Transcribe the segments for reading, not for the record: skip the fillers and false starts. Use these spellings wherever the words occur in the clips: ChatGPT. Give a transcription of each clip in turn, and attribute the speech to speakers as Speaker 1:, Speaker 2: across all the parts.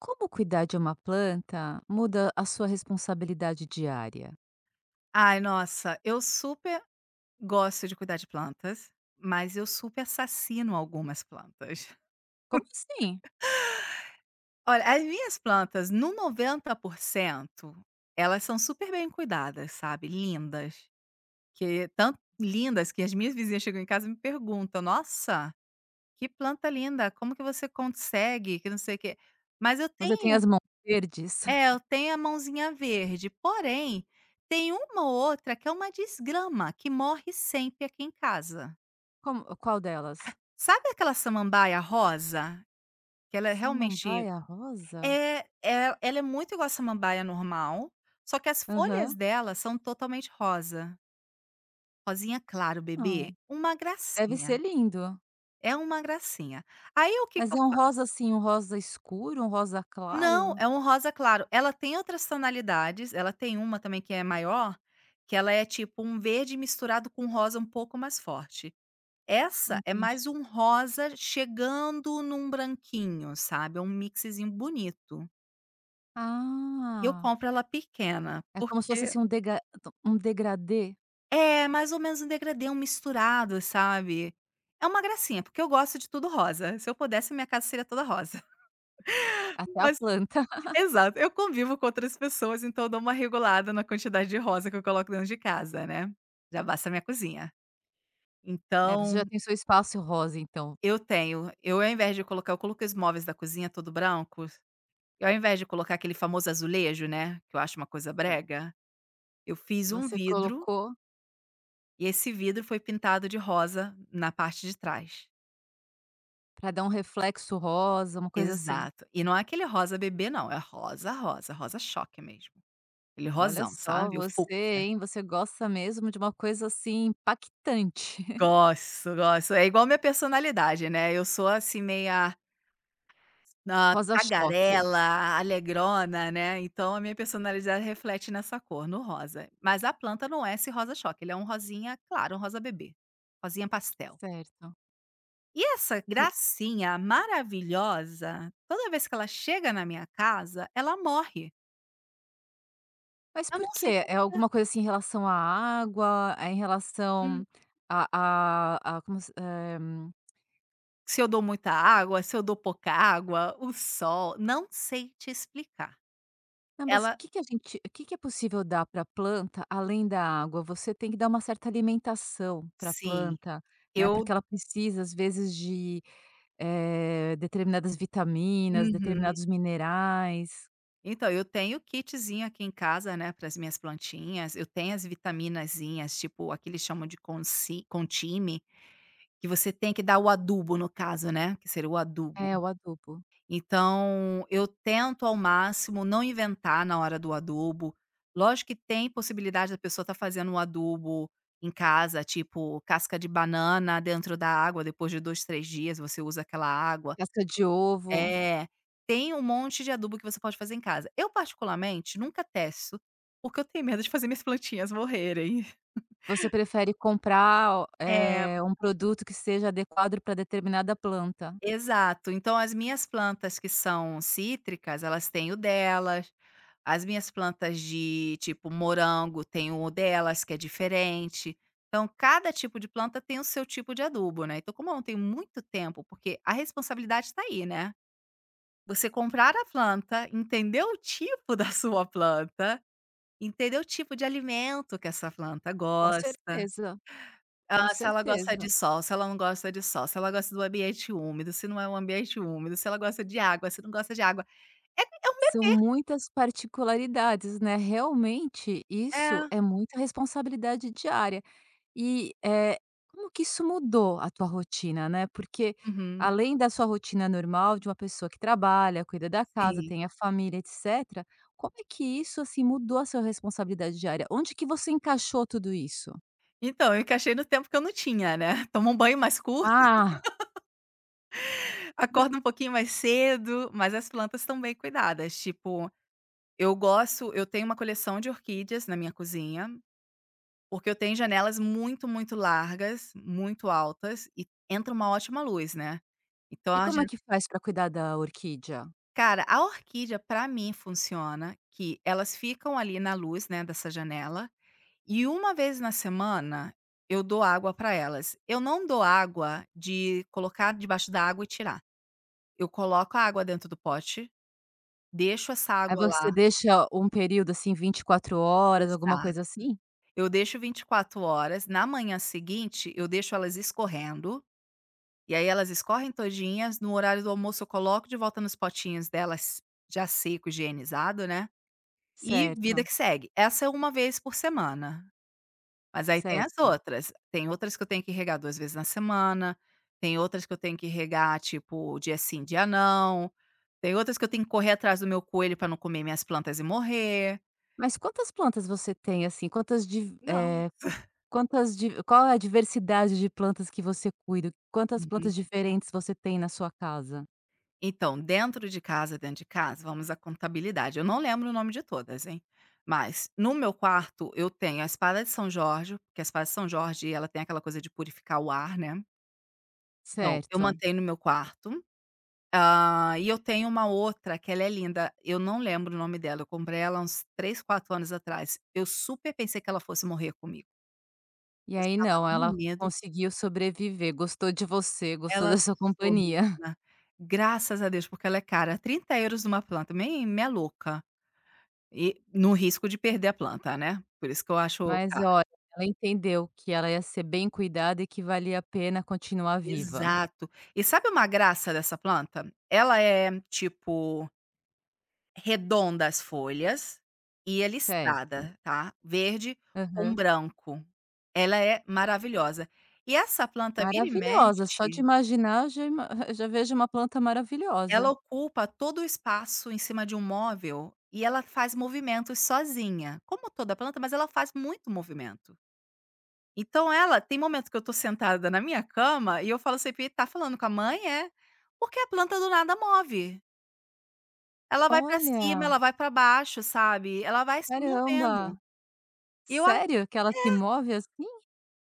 Speaker 1: Como cuidar de uma planta muda a sua responsabilidade diária?
Speaker 2: Ai, nossa, eu super gosto de cuidar de plantas, mas eu super assassino algumas plantas.
Speaker 1: Como assim?
Speaker 2: Olha, as minhas plantas, no 90%, elas são super bem cuidadas, sabe, lindas, que tanto lindas que as minhas vizinhas chegam em casa e me perguntam: "Nossa, que planta linda, como que você consegue?", que não sei o quê. Mas
Speaker 1: Você tem as mãos verdes?
Speaker 2: eu tenho a mãozinha verde, porém, tem uma ou outra que é uma desgrama, que morre sempre aqui em casa.
Speaker 1: Como qual delas?
Speaker 2: Sabe aquela samambaia rosa? Que ela é realmente
Speaker 1: Samambaia rosa?
Speaker 2: é é Ela é muito igual a samambaia normal, só que as folhas
Speaker 1: Aham.
Speaker 2: dela são totalmente rosa, rosinha claro bebê,
Speaker 1: Hã.
Speaker 2: uma
Speaker 1: Deve ser
Speaker 2: gracinha,
Speaker 1: lindo.
Speaker 2: é uma gracinha. Aí o que que
Speaker 1: Mas é
Speaker 2: eu
Speaker 1: um rosa,
Speaker 2: faço?
Speaker 1: assim, um rosa escuro, um rosa
Speaker 2: Não,
Speaker 1: claro?
Speaker 2: é um rosa claro, ela tem outras tonalidades, ela tem uma também que é maior, que ela é tipo um verde misturado com rosa um pouco mais forte. Essa é
Speaker 1: Entendi.
Speaker 2: mais um rosa chegando num branquinho, sabe, é um mixzinho bonito. E eu
Speaker 1: Ah,
Speaker 2: compro ela pequena,
Speaker 1: é como se fosse,
Speaker 2: porque
Speaker 1: assim, um dega um degradê
Speaker 2: é mais ou menos um degradê, um misturado, sabe. É uma gracinha, porque eu gosto de tudo rosa. Se eu pudesse, minha casa seria toda rosa.
Speaker 1: até a
Speaker 2: Mas
Speaker 1: planta.
Speaker 2: exato, eu convivo com outras pessoas, então eu dou uma regulada na quantidade de rosa que eu coloco dentro de casa, né. Já basta a minha cozinha.
Speaker 1: É, você
Speaker 2: Então,
Speaker 1: já tem seu espaço rosa, então.
Speaker 2: eu, ao invés de colocar, eu coloquei os móveis da cozinha todo brancos, e ao invés de colocar aquele famoso azulejo, né, que eu acho uma coisa
Speaker 1: É,
Speaker 2: brega, eu fiz um
Speaker 1: você
Speaker 2: vidro.
Speaker 1: colocou
Speaker 2: E esse vidro foi pintado de rosa na parte de trás.
Speaker 1: para dar um reflexo rosa, uma coisa assim.
Speaker 2: Exato. E não é aquele rosa bebê não, é rosa, rosa, rosa choque mesmo. Aquele
Speaker 1: Olha
Speaker 2: rosão,
Speaker 1: só
Speaker 2: sabe, o
Speaker 1: você,
Speaker 2: fúcsia.
Speaker 1: hein, você gosta mesmo de uma coisa, assim, impactante.
Speaker 2: Gosto, gosto. É igual minha personalidade, né, eu sou assim meia, ah,
Speaker 1: Rosa choque,
Speaker 2: tagarela, alegrona, né, então a minha personalidade reflete nessa cor, no rosa. Mas a planta não é esse rosa choque, ele é um rosinha claro, um rosa bebê, rosinha pastel.
Speaker 1: certo.
Speaker 2: E essa
Speaker 1: E
Speaker 2: gracinha maravilhosa, toda vez que ela chega na minha casa, ela morre.
Speaker 1: mas
Speaker 2: Eu
Speaker 1: por
Speaker 2: não sei
Speaker 1: quê?
Speaker 2: por
Speaker 1: É
Speaker 2: quê.
Speaker 1: alguma coisa, assim, em relação à água? É em
Speaker 2: Hum,
Speaker 1: relação a a como se eh,
Speaker 2: Se eu dou muita água, se eu dou pouca água, o sol, não sei te explicar.
Speaker 1: Não, mas
Speaker 2: Ela,
Speaker 1: o que que é possível dar para a planta além da água? Você tem que dar uma certa alimentação para a
Speaker 2: sim.
Speaker 1: planta, né, porque
Speaker 2: Eu,
Speaker 1: ela precisa, às vezes, de, determinadas vitaminas,
Speaker 2: uhum.
Speaker 1: determinados minerais.
Speaker 2: Então, eu tenho kitzinho aqui em casa, né, para as minhas plantinhas, eu tenho as vitaminazinhas, tipo, aqui eles chamam de consi Contime, que você tem que dar o adubo no caso, né, que seria o adubo.
Speaker 1: É, o adubo.
Speaker 2: Então, eu tento ao máximo não inventar na hora do adubo. Lógico que tem possibilidade da pessoa estar fazendo um adubo em casa, tipo casca de banana dentro da água, depois de 2, 3 dias você usa aquela água.
Speaker 1: Casca de ovo.
Speaker 2: É, tem um monte de adubo que você pode fazer em casa. Eu particularmente nunca testo, porque eu tenho medo de fazer minhas plantinhas morrerem.
Speaker 1: Você prefere comprar,
Speaker 2: É.
Speaker 1: um produto que seja adequado para determinada planta.
Speaker 2: Exato. Então as minhas plantas que são cítricas, elas têm o delas. As minhas plantas de, tipo, morango têm o delas, que é diferente. Então cada tipo de planta tem o seu tipo de adubo, né. Então como eu não tenho muito tempo, porque a responsabilidade está aí, né. Você comprar a planta, entender o tipo da sua planta, entender o tipo de alimento que essa planta
Speaker 1: Com
Speaker 2: gosta.
Speaker 1: certeza, com
Speaker 2: Ah, se ela gosta
Speaker 1: certeza.
Speaker 2: de sol, se ela não gosta de sol, se ela gosta do ambiente úmido, se não é um ambiente úmido, se ela gosta de água, se não gosta de água. É um
Speaker 1: São muitas particularidades, né, realmente
Speaker 2: bebê,
Speaker 1: isso
Speaker 2: é.
Speaker 1: é muita responsabilidade diária. E, como que isso mudou a tua rotina, né, porque
Speaker 2: Uhum.
Speaker 1: além da sua rotina normal de uma pessoa que trabalha, cuida da casa,
Speaker 2: Sim.
Speaker 1: tem a família, etcétera, como é que isso, assim, mudou a sua responsabilidade diária? Onde que você encaixou tudo isso?
Speaker 2: Então, eu encaixei no tempo que eu não tinha, né. Toma um banho mais curto,
Speaker 1: Ah,
Speaker 2: acorda um pouquinho mais cedo, mas as plantas estão bem cuidadas. Tipo, eu tenho uma coleção de orquídeas na minha cozinha, porque eu tenho janelas muito, muito largas, muito altas e entra uma ótima luz, né. Então
Speaker 1: e
Speaker 2: a
Speaker 1: como é que faz para cuidar da orquídea?
Speaker 2: Cara, a orquídea pra mim funciona que elas ficam ali na luz, né, dessa janela, e uma vez na semana eu dou água pra elas. Eu não dou água de colocar debaixo da água e tirar. Eu coloco a água dentro do pote, deixo essa
Speaker 1: Aí
Speaker 2: água lá.
Speaker 1: você deixa um período, assim, 24 horas, alguma
Speaker 2: Exato.
Speaker 1: coisa assim?
Speaker 2: Eu deixo 24 horas, na manhã seguinte eu deixo elas escorrendo, e aí elas escorrem todinhas, no horário do almoço eu coloco de volta nos potinhos delas já seco, higienizado, né. E vida
Speaker 1: Certo,
Speaker 2: que segue. Essa é uma vez por semana, mas aí tem as
Speaker 1: certo.
Speaker 2: outras. Tem outras que eu tenho que regar 2 vezes na semana, tem outras que eu tenho que regar, tipo, dia sim, dia não, tem outras que eu tenho que correr atrás do meu coelho para não comer minhas plantas e morrer.
Speaker 1: Mas quantas plantas você tem, assim? Quantas div eh,
Speaker 2: Nossa.
Speaker 1: quantas div Qual é a diversidade de plantas que você cuida? Quantas
Speaker 2: Uhum.
Speaker 1: plantas diferentes você tem na sua casa?
Speaker 2: Então, dentro de casa, vamos à contabilidade. Eu não lembro o nome de todas, hein, mas no meu quarto eu tenho a espada de São Jorge, porque a espada de São Jorge ela tem aquela coisa de purificar o ar, né. Então, eu
Speaker 1: Certo.
Speaker 2: mantenho no meu quarto. Ah, e eu tenho uma outra que ela é linda, eu não lembro o nome dela, eu comprei ela uns 3, 4 anos atrás. Eu super pensei que ela fosse morrer comigo,
Speaker 1: E
Speaker 2: eu
Speaker 1: aí
Speaker 2: estava
Speaker 1: não,
Speaker 2: no
Speaker 1: ela
Speaker 2: medo,
Speaker 1: conseguiu sobreviver, gostou de você, gostou
Speaker 2: ela
Speaker 1: da sua
Speaker 2: gostou
Speaker 1: companhia.
Speaker 2: menina, graças a Deus, porque ela é cara, 30 € numa planta, meio meia louca, e no risco de perder a planta, né, por isso que eu acho
Speaker 1: Mas
Speaker 2: cara.
Speaker 1: olha, ela entendeu que ela ia ser bem cuidada e que valia a pena continuar viva.
Speaker 2: Exato. E sabe uma graça dessa planta? Ela é tipo redonda as folhas e a
Speaker 1: Certo.
Speaker 2: listrada, tá, verde com
Speaker 1: Aham.
Speaker 2: branco. Ela é maravilhosa. E essa planta vira e
Speaker 1: Maravilhosa, só de
Speaker 2: mexe,
Speaker 1: imaginar já ima já vejo uma planta
Speaker 2: ela
Speaker 1: maravilhosa.
Speaker 2: ocupa todo o espaço em cima de um móvel e ela faz movimentos sozinha, como toda planta, mas ela faz muito movimento. Então ela tem momento que eu tô sentada na minha cama e eu falo sempre: "Tá falando com a mãe, é?" Porque a planta do nada move. Ela vai pra cima,
Speaker 1: Olha,
Speaker 2: ela vai pra baixo, sabe, ela vai se movendo.
Speaker 1: caramba.
Speaker 2: E eu
Speaker 1: Sério que ela se move assim?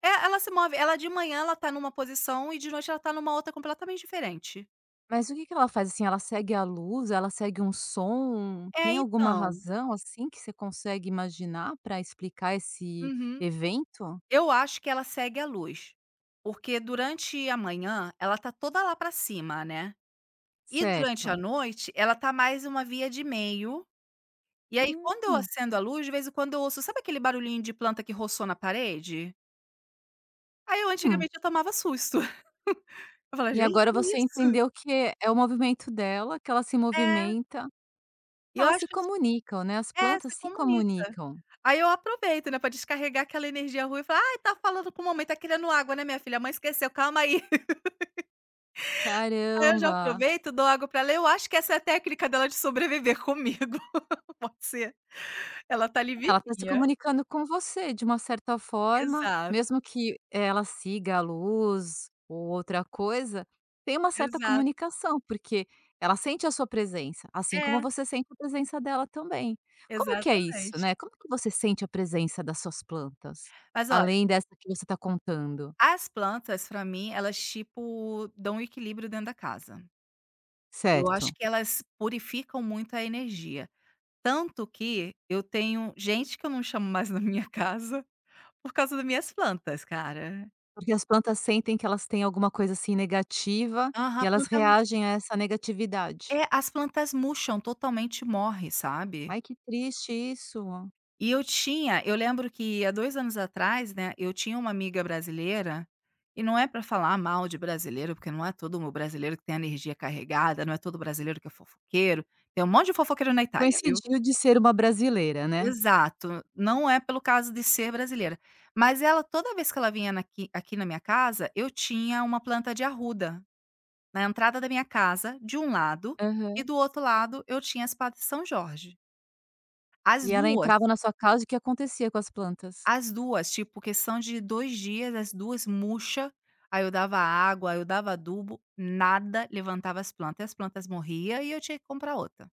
Speaker 2: É, ela se move. Ela de manhã ela tá numa posição e de noite ela tá numa outra completamente diferente.
Speaker 1: Mas o que que ela faz, assim, ela segue a luz, ela segue um som,
Speaker 2: É,
Speaker 1: tem alguma
Speaker 2: então.
Speaker 1: razão, assim, que você consegue imaginar para explicar esse
Speaker 2: Uhum.
Speaker 1: evento?
Speaker 2: Eu acho que ela segue a luz, porque durante a manhã ela tá toda lá pra cima, né. E durante a
Speaker 1: Certo.
Speaker 2: noite ela tá mais uma via de meio, e aí quando eu
Speaker 1: Hum.
Speaker 2: acendo a luz, de vez em quando eu ouço sabe aquele barulhinho de planta que roçou na parede? Aí eu
Speaker 1: Hum.
Speaker 2: antigamente eu tomava susto. Eu falava:
Speaker 1: E
Speaker 2: "Gente,
Speaker 1: agora
Speaker 2: que
Speaker 1: você
Speaker 2: isso?".
Speaker 1: entendeu que é o movimento dela, que ela se
Speaker 2: É,
Speaker 1: movimenta,
Speaker 2: e eu
Speaker 1: elas
Speaker 2: acho
Speaker 1: se comunicam, né, as
Speaker 2: É,
Speaker 1: plantas
Speaker 2: se
Speaker 1: se
Speaker 2: comunica.
Speaker 1: comunicam.
Speaker 2: Aí eu aproveito, né, pra descarregar aquela energia ruim e falar: "Ai, tá falando com mamãe, tá querendo água, né, minha filha? A mãe esqueceu, calma aí". Aí eu já
Speaker 1: Caramba,
Speaker 2: aproveito, dou água pra ela. Eu acho que essa é a técnica dela de sobreviver comigo, pode ser. Ela tá ali
Speaker 1: ela está se
Speaker 2: vivinha.
Speaker 1: comunicando com você de uma certa forma,
Speaker 2: Exato,
Speaker 1: mesmo que ela siga a luz ou outra coisa, tem uma certa
Speaker 2: exato.
Speaker 1: comunicação, porque ela sente a sua presença, assim como
Speaker 2: É,
Speaker 1: você sente a presença dela também. Como que é isso,
Speaker 2: exatamente.
Speaker 1: né, como que você sente a presença das suas plantas?
Speaker 2: Mas olha,
Speaker 1: Além dessa que você está contando,
Speaker 2: as plantas pra mim, elas tipo dão um equilíbrio dentro da casa. Eu acho
Speaker 1: certo?
Speaker 2: que elas purificam muito a energia. Tanto que eu tenho gente que eu não chamo mais na minha casa. Por causa das minhas plantas, cara.
Speaker 1: Porque as plantas sentem que elas têm alguma coisa, assim, negativa,
Speaker 2: Aham,
Speaker 1: e elas reagem a essa negatividade.
Speaker 2: as plantas murcham totalmente, morre, sabe.
Speaker 1: Ai, que triste isso.
Speaker 2: Eu lembro que há 2 anos atrás, né, eu tinha uma amiga brasileira, e não é pra falar mal de brasileiro, porque não é todo o brasileiro que tem a energia carregada, não é todo brasileiro que é fofoqueiro, tem um monte de fofoqueiro na Itália, viu.
Speaker 1: Coincidiu de ser uma brasileira, né.
Speaker 2: Exato, não é pelo caso de ser brasileira. Mas ela toda vez que ela vinha naqui aqui na minha casa, eu tinha uma planta de arruda. Na entrada da minha casa, de um lado, e
Speaker 1: Aham.
Speaker 2: do outro lado eu tinha a espada de São Jorge. As
Speaker 1: E ela
Speaker 2: duas,
Speaker 1: entrava na sua casa e o que acontecia com as plantas?
Speaker 2: as 2 tipo, questão de 2 dias, as 2 murcha, aí eu dava água, eu dava adubo, nada levantava as plantas, e as plantas morria e eu tinha que comprar outra.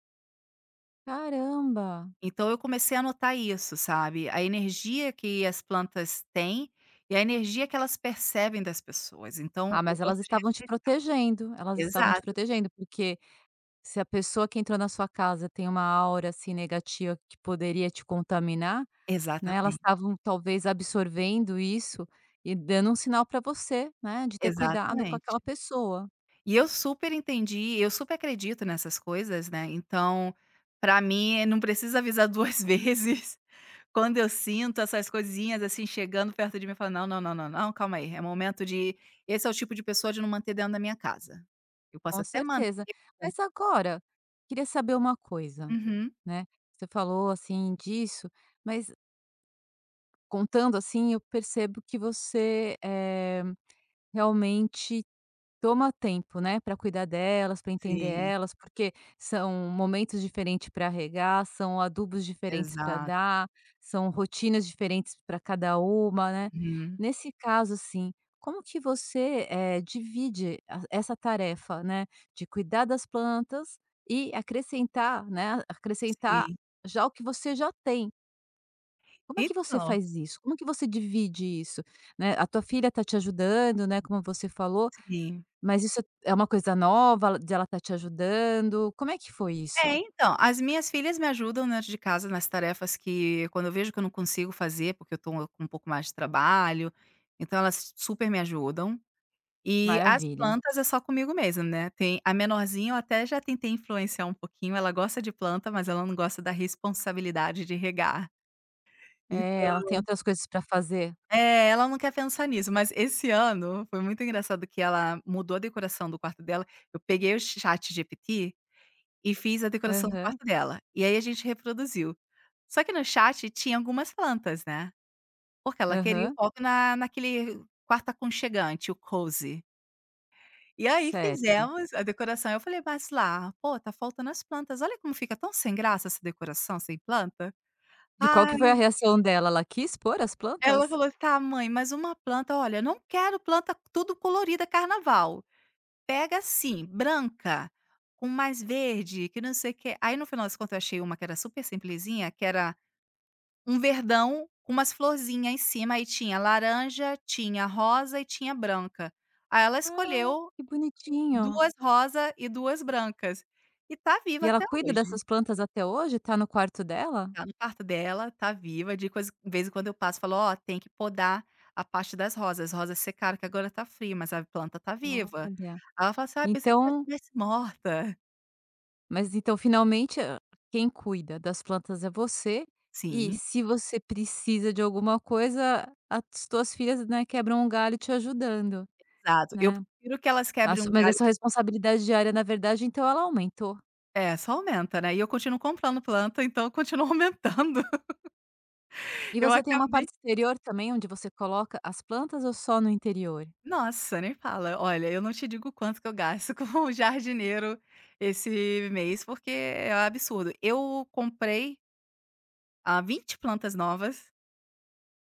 Speaker 1: Caramba!
Speaker 2: Então eu comecei a notar isso, sabe, a energia que as plantas têm e a energia que elas percebem das pessoas, então
Speaker 1: Ah,
Speaker 2: eu
Speaker 1: mas
Speaker 2: gosto
Speaker 1: elas
Speaker 2: de
Speaker 1: estavam te
Speaker 2: respe
Speaker 1: protegendo, elas estavam te
Speaker 2: exato,
Speaker 1: protegendo, porque se a pessoa que entrou na sua casa tem uma aura, assim, negativa que poderia te contaminar. Né, elas
Speaker 2: exatamente,
Speaker 1: estavam talvez absorvendo isso e dando um sinal para você, né, de ter cuidado com
Speaker 2: exatamente.
Speaker 1: aquela pessoa,
Speaker 2: E eu super entendi, eu super acredito nessas coisas, né, então, pra mim, não precisa avisar 2 vezes. Quando eu sinto essas coisinhas, assim, chegando perto de mim, eu falo: "Não, não, não, não, não, calma aí, é momento de". Esse é o tipo de pessoa de não manter dentro da minha casa. Eu posso
Speaker 1: com
Speaker 2: até manter.
Speaker 1: certeza. Mas agora, queria saber uma coisa,
Speaker 2: Uhum.
Speaker 1: né, você falou assim disso, mas contando assim eu percebo que você, realmente toma tempo, né, para cuidar delas, para entender
Speaker 2: Sim,
Speaker 1: elas, porque são momentos diferentes para regar, são adubos diferentes para
Speaker 2: exato.
Speaker 1: dar, são rotinas diferentes para cada uma, né.
Speaker 2: Uhum.
Speaker 1: Nesse caso, assim, como que você, divide a essa tarefa, né, de cuidar das plantas e acrescentar, né, acrescentar
Speaker 2: Sim.
Speaker 1: já o que você já tem. Como é que você
Speaker 2: Então,
Speaker 1: faz isso? Como que você divide isso, né? A tua filha está te ajudando, né, como você falou,
Speaker 2: sim.
Speaker 1: mas isso é uma coisa nova de ela tá te ajudando? Como é que foi isso?
Speaker 2: É, então, as minhas filhas me ajudam dentro de casa nas tarefas que quando eu vejo que eu não consigo fazer, porque eu tô com um pouco mais de trabalho, então elas super me ajudam. E as
Speaker 1: Maravilha.
Speaker 2: plantas é só comigo mesma, né, tem a menorzinha eu até já tentei influenciar um pouquinho, ela gosta de planta, mas ela não gosta da responsabilidade de regar.
Speaker 1: É, ela
Speaker 2: Então
Speaker 1: tem outras coisas pra fazer.
Speaker 2: É, ela não quer pensar nisso, mas esse ano foi muito engraçado que ela mudou a decoração do quarto dela, eu peguei o ChatGPT e fiz a decoração do
Speaker 1: Aham,
Speaker 2: quarto dela. E aí a gente reproduziu. Só que no chat tinha algumas plantas, né, porque ela queria o
Speaker 1: aham,
Speaker 2: foco na naquele quarto aconchegante, o cozy. E aí
Speaker 1: certo.
Speaker 2: fizemos a decoração, eu falei: "Mas lá, pô, tá faltando as plantas, olha como fica tão sem graça essa decoração sem planta".
Speaker 1: E qual
Speaker 2: Ai,
Speaker 1: que foi a reação dela? Ela quis pôr as
Speaker 2: ela
Speaker 1: plantas?
Speaker 2: falou: "Tá mãe, mas uma planta, olha, eu não quero planta tudo colorida carnaval, pega assim, branca, com mais verde, que não sei o quê". Aí no final das contas eu achei uma que era super simplesinha, que era um verdão com umas florzinhas em cima, aí tinha laranja, tinha rosa e tinha branca. Aí ela
Speaker 1: Ah,
Speaker 2: escolheu
Speaker 1: que bonitinho.
Speaker 2: 2 rosa e 2 brancas, e tá viva
Speaker 1: E ela
Speaker 2: até
Speaker 1: cuida
Speaker 2: hoje.
Speaker 1: dessas plantas até hoje? Tá no quarto dela?
Speaker 2: Tá no quarto dela, tá viva, de coisa vez em quando eu passo e falo: "Ó, tem que podar a parte das rosas, as rosas secaram que agora tá frio, mas a planta tá viva".
Speaker 1: Olha,
Speaker 2: Aí ela fala assim: "Ai, pensei que já
Speaker 1: então
Speaker 2: estivesse morta".
Speaker 1: mas então finalmente, hã, quem cuida das plantas é você, e
Speaker 2: Sim,
Speaker 1: se você precisa de alguma coisa, as tuas filhas, né, quebram um galho te ajudando.
Speaker 2: exato. Eu
Speaker 1: Né,
Speaker 2: prefiro que elas quebrem
Speaker 1: assu
Speaker 2: um
Speaker 1: mas a
Speaker 2: galho.
Speaker 1: sua responsabilidade diária, na verdade, então ela aumentou.
Speaker 2: É, só aumenta, né, e eu continuo comprando planta, então eu continuo aumentando.
Speaker 1: E
Speaker 2: Eu
Speaker 1: você tem uma
Speaker 2: acabei
Speaker 1: parte exterior também onde você coloca as plantas ou só no interior?
Speaker 2: Nossa, nem fala. Olha, eu não te digo o quanto que eu gasto com o jardineiro esse mês, porque é um absurdo. Eu comprei, 20 plantas novas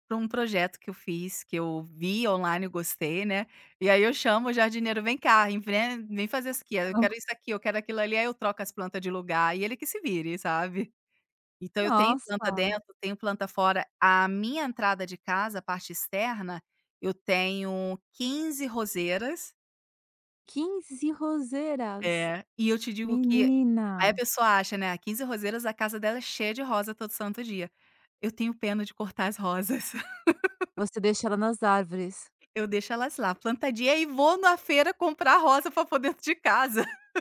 Speaker 2: para um projeto que eu fiz, que eu vi online e gostei, né, e aí eu chamo o jardineiro: "Vem cá, inven vem fazer isso aqui, eu
Speaker 1: São.
Speaker 2: quero isso aqui, eu quero aquilo ali", aí eu troco as plantas de lugar e ele que se vire, sabe. Então eu tenho planta
Speaker 1: Nossa,
Speaker 2: dentro, tenho planta fora. A minha entrada de casa, a parte externa, eu tenho 15 roseiras.
Speaker 1: 15 roseiras,
Speaker 2: É, e eu te digo que aí a
Speaker 1: menina,
Speaker 2: pessoa acha, né, a, 15 roseiras, a casa dela é cheia de rosa todo santo dia. Eu tenho pena de cortar as rosas.
Speaker 1: você deixa ela nas árvores.
Speaker 2: Eu deixo elas lá plantadinha e vou na feira comprar rosa pra pôr dentro de casa.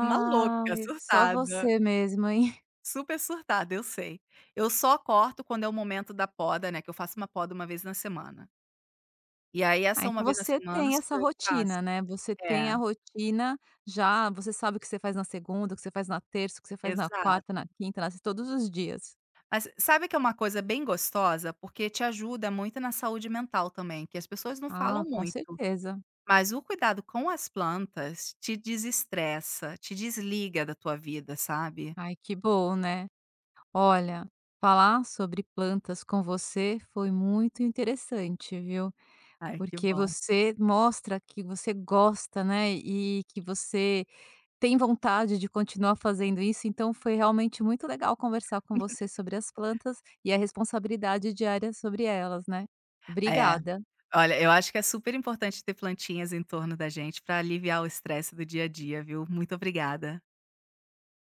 Speaker 2: Uma louca,
Speaker 1: só
Speaker 2: surtada,
Speaker 1: você mesmo, hein.
Speaker 2: super surtada, eu sei. Eu só corto quando é o momento da poda, né, que eu faço uma poda uma vez na semana. E aí
Speaker 1: Ah,
Speaker 2: essa uma
Speaker 1: então
Speaker 2: vez na
Speaker 1: você
Speaker 2: semana
Speaker 1: tem essa
Speaker 2: sou eu que faço.
Speaker 1: rotina, né, você tem
Speaker 2: É,
Speaker 1: a rotina já, você sabe o que você faz na segunda, o que você faz na terça, o que você faz na
Speaker 2: exato.
Speaker 1: quarta, na quinta, na sexta, todos os dias.
Speaker 2: Mas sabe que é uma coisa bem gostosa? Porque te ajuda muito na saúde mental também, que as pessoas não falam
Speaker 1: Ah, com
Speaker 2: muito.
Speaker 1: certeza.
Speaker 2: Mas o cuidado com as plantas te desestressa, te desliga da tua vida, sabe?
Speaker 1: Ai, que bom, né? Olha, falar sobre plantas com você foi muito interessante, viu?
Speaker 2: Ai, que
Speaker 1: Porque
Speaker 2: bom.
Speaker 1: você mostra que você gosta, né? E que você tem vontade de continuar fazendo isso. Então, foi realmente muito legal conversar com você sobre as plantas e a responsabilidade diária sobre elas, né?
Speaker 2: É,
Speaker 1: Obrigada.
Speaker 2: olha, eu acho que é super importante ter plantinhas em torno da gente para aliviar o estresse do dia a dia, viu? Muito obrigada.